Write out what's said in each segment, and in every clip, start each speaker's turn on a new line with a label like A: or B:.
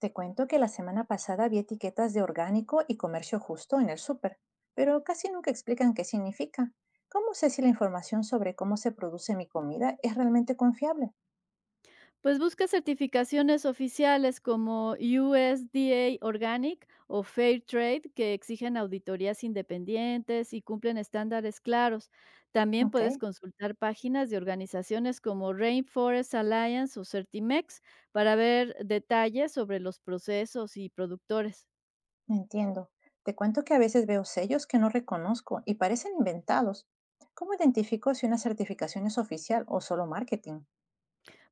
A: Te cuento que la semana pasada vi etiquetas de orgánico y comercio justo en el súper, pero casi nunca explican qué significa. ¿Cómo sé si la información sobre cómo se produce mi comida es realmente confiable?
B: Pues busca certificaciones oficiales como USDA Organic o Fair Trade que exigen auditorías independientes y cumplen estándares claros. También
A: Ok,
B: puedes consultar páginas de organizaciones como Rainforest Alliance o Certimex para ver detalles sobre los procesos y productores.
A: entiendo. Te cuento que a veces veo sellos que no reconozco y parecen inventados. ¿Cómo identifico si una certificación es oficial o solo marketing?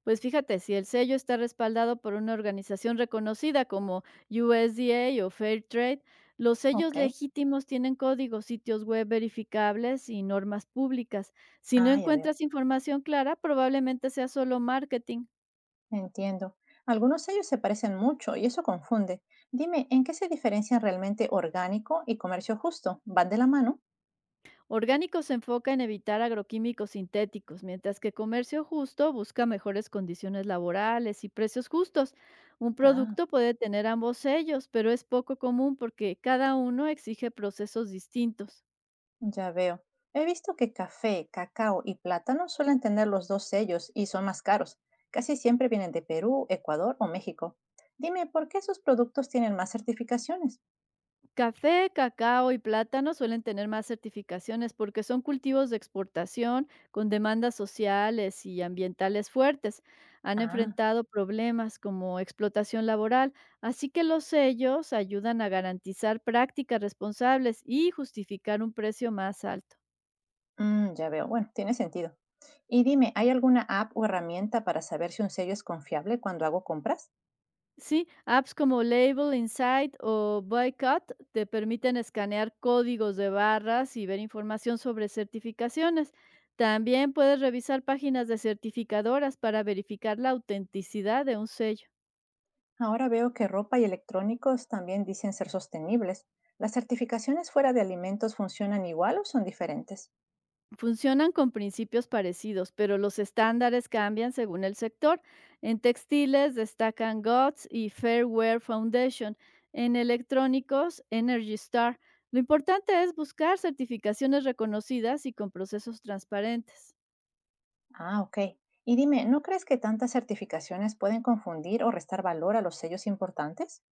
B: Pues fíjate, si el sello está respaldado por una organización reconocida como USDA o Fairtrade, los sellos
A: Ok,
B: legítimos tienen códigos, sitios web verificables y normas públicas. Si no
A: ah, ya veo.
B: encuentras información clara, probablemente sea solo marketing.
A: Entiendo. Algunos sellos se parecen mucho y eso confunde. Dime, ¿en qué se diferencian realmente orgánico y comercio justo? ¿Van de la mano?
B: Orgánico se enfoca en evitar agroquímicos sintéticos, mientras que comercio justo busca mejores condiciones laborales y precios justos. Un
A: Ah,
B: producto puede tener ambos sellos, pero es poco común porque cada uno exige procesos distintos.
A: ya veo. He visto que café, cacao y plátano suelen tener los dos sellos y son más caros. Casi siempre vienen de Perú, Ecuador o México. Dime, ¿por qué esos productos tienen más certificaciones?
B: Café, cacao y plátano suelen tener más certificaciones porque son cultivos de exportación con demandas sociales y ambientales fuertes. Han
A: Ah,
B: enfrentado problemas como explotación laboral, así que los sellos ayudan a garantizar prácticas responsables y justificar un precio más alto.
A: mm, ya veo. Bueno, tiene sentido. Y dime, ¿hay alguna app o herramienta para saber si un sello es confiable cuando hago compras?
B: Sí, apps como Label, Insight o Boycott te permiten escanear códigos de barras y ver información sobre certificaciones. También puedes revisar páginas de certificadoras para verificar la autenticidad de un sello.
A: Ahora veo que ropa y electrónicos también dicen ser sostenibles. ¿Las certificaciones fuera de alimentos funcionan igual o son diferentes?
B: Funcionan con principios parecidos, pero los estándares cambian según el sector. En textiles destacan GOTS y Fair Wear Foundation, en electrónicos Energy Star. Lo importante es buscar certificaciones reconocidas y con procesos transparentes.
A: Ah, ok. Y dime, ¿no crees que tantas certificaciones pueden confundir o restar valor a los sellos importantes?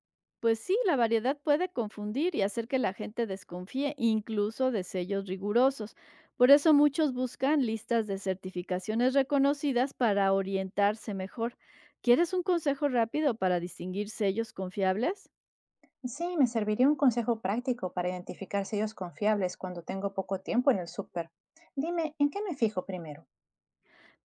B: Pues sí, la variedad puede confundir y hacer que la gente desconfíe, incluso de sellos rigurosos. Por eso muchos buscan listas de certificaciones reconocidas para orientarse mejor. ¿Quieres un consejo rápido para distinguir sellos confiables?
A: Sí, me serviría un consejo práctico para identificar sellos confiables cuando tengo poco tiempo en el súper. Dime, ¿en qué me fijo primero?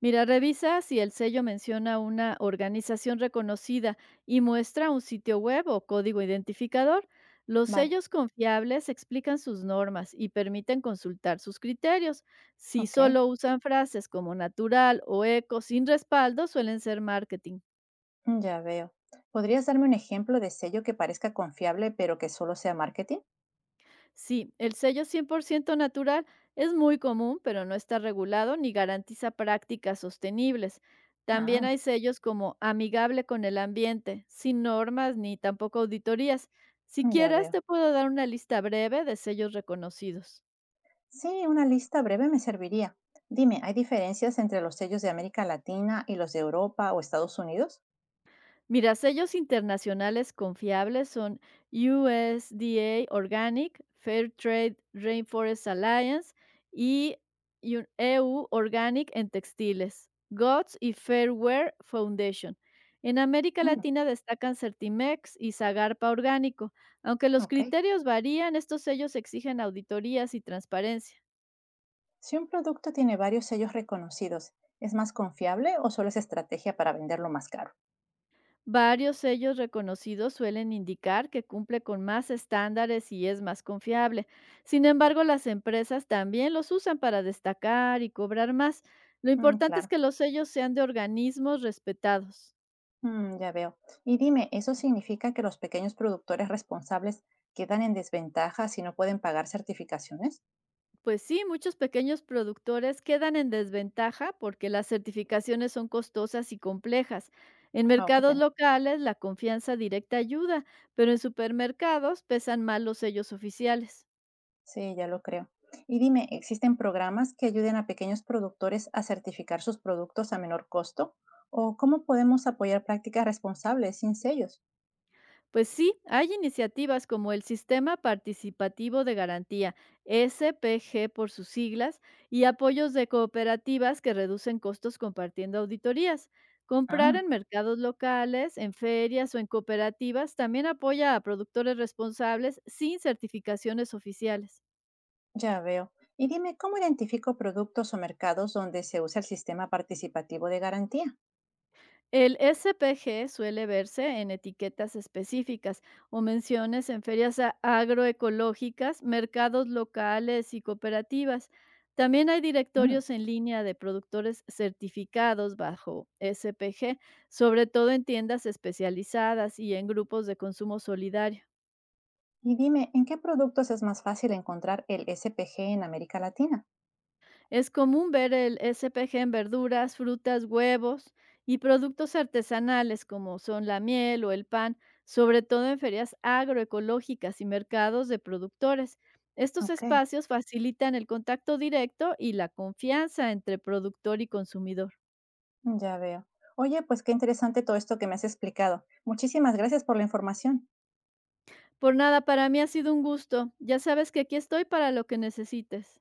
B: Mira, revisa si el sello menciona una organización reconocida y muestra un sitio web o código identificador. Los
A: Vale,
B: sellos confiables explican sus normas y permiten consultar sus criterios. Si
A: ok,
B: solo usan frases como natural o eco sin respaldo, suelen ser marketing.
A: ya veo. ¿Podrías darme un ejemplo de sello que parezca confiable pero que solo sea marketing?
B: Sí, el sello 100% natural es muy común, pero no está regulado ni garantiza prácticas sostenibles. También
A: Ah,
B: hay sellos como amigable con el ambiente, sin normas ni tampoco auditorías. Si
A: ya
B: quieres,
A: veo.
B: te puedo dar una lista breve de sellos reconocidos.
A: Sí, una lista breve me serviría. Dime, ¿hay diferencias entre los sellos de América Latina y los de Europa o Estados Unidos?
B: Mira, sellos internacionales confiables son USDA Organic, Fair Trade Rainforest Alliance y EU Organic en textiles, GOTS y Fairware Foundation. En América
A: Mm,
B: Latina destacan Certimex y Zagarpa Orgánico. Aunque los
A: ok.
B: criterios varían, estos sellos exigen auditorías y transparencia.
A: Si un producto tiene varios sellos reconocidos, ¿es más confiable o solo es estrategia para venderlo más caro?
B: Varios sellos reconocidos suelen indicar que cumple con más estándares y es más confiable. Sin embargo, las empresas también los usan para destacar y cobrar más. Lo
A: Mm,
B: importante es
A: claro,
B: que los sellos sean de organismos respetados.
A: mm, ya veo. Y dime, ¿eso significa que los pequeños productores responsables quedan en desventaja si no pueden pagar certificaciones?
B: Pues sí, muchos pequeños productores quedan en desventaja porque las certificaciones son costosas y complejas. En
A: Ah, oh, qué
B: mercados
A: pena.
B: locales, la confianza directa ayuda, pero en supermercados pesan más los sellos oficiales.
A: Sí, ya lo creo. Y dime, ¿existen programas que ayuden a pequeños productores a certificar sus productos a menor costo? ¿O cómo podemos apoyar prácticas responsables sin sellos?
B: Pues sí, hay iniciativas como el Sistema Participativo de Garantía, SPG por sus siglas, y apoyos de cooperativas que reducen costos compartiendo auditorías. Comprar
A: Ah,
B: en mercados locales, en ferias o en cooperativas también apoya a productores responsables sin certificaciones oficiales.
A: ya veo. Y dime, ¿cómo identifico productos o mercados donde se usa el sistema participativo de garantía?
B: El SPG suele verse en etiquetas específicas o menciones en ferias agroecológicas, mercados locales y cooperativas. También hay
A: Mm.
B: directorios en línea de productores certificados bajo SPG, sobre todo en tiendas especializadas y en grupos de consumo solidario.
A: Y dime, ¿en qué productos es más fácil encontrar el SPG en América Latina?
B: Es común ver el SPG en verduras, frutas, huevos y productos artesanales como son la miel o el pan, sobre todo en ferias agroecológicas y mercados de productores. Estos
A: Ok,
B: espacios facilitan el contacto directo y la confianza entre productor y consumidor.
A: ya veo. Oye, pues qué interesante todo esto que me has explicado. Muchísimas gracias por la información.
B: Por nada, para mí ha sido un gusto. Ya sabes que aquí estoy para lo que necesites.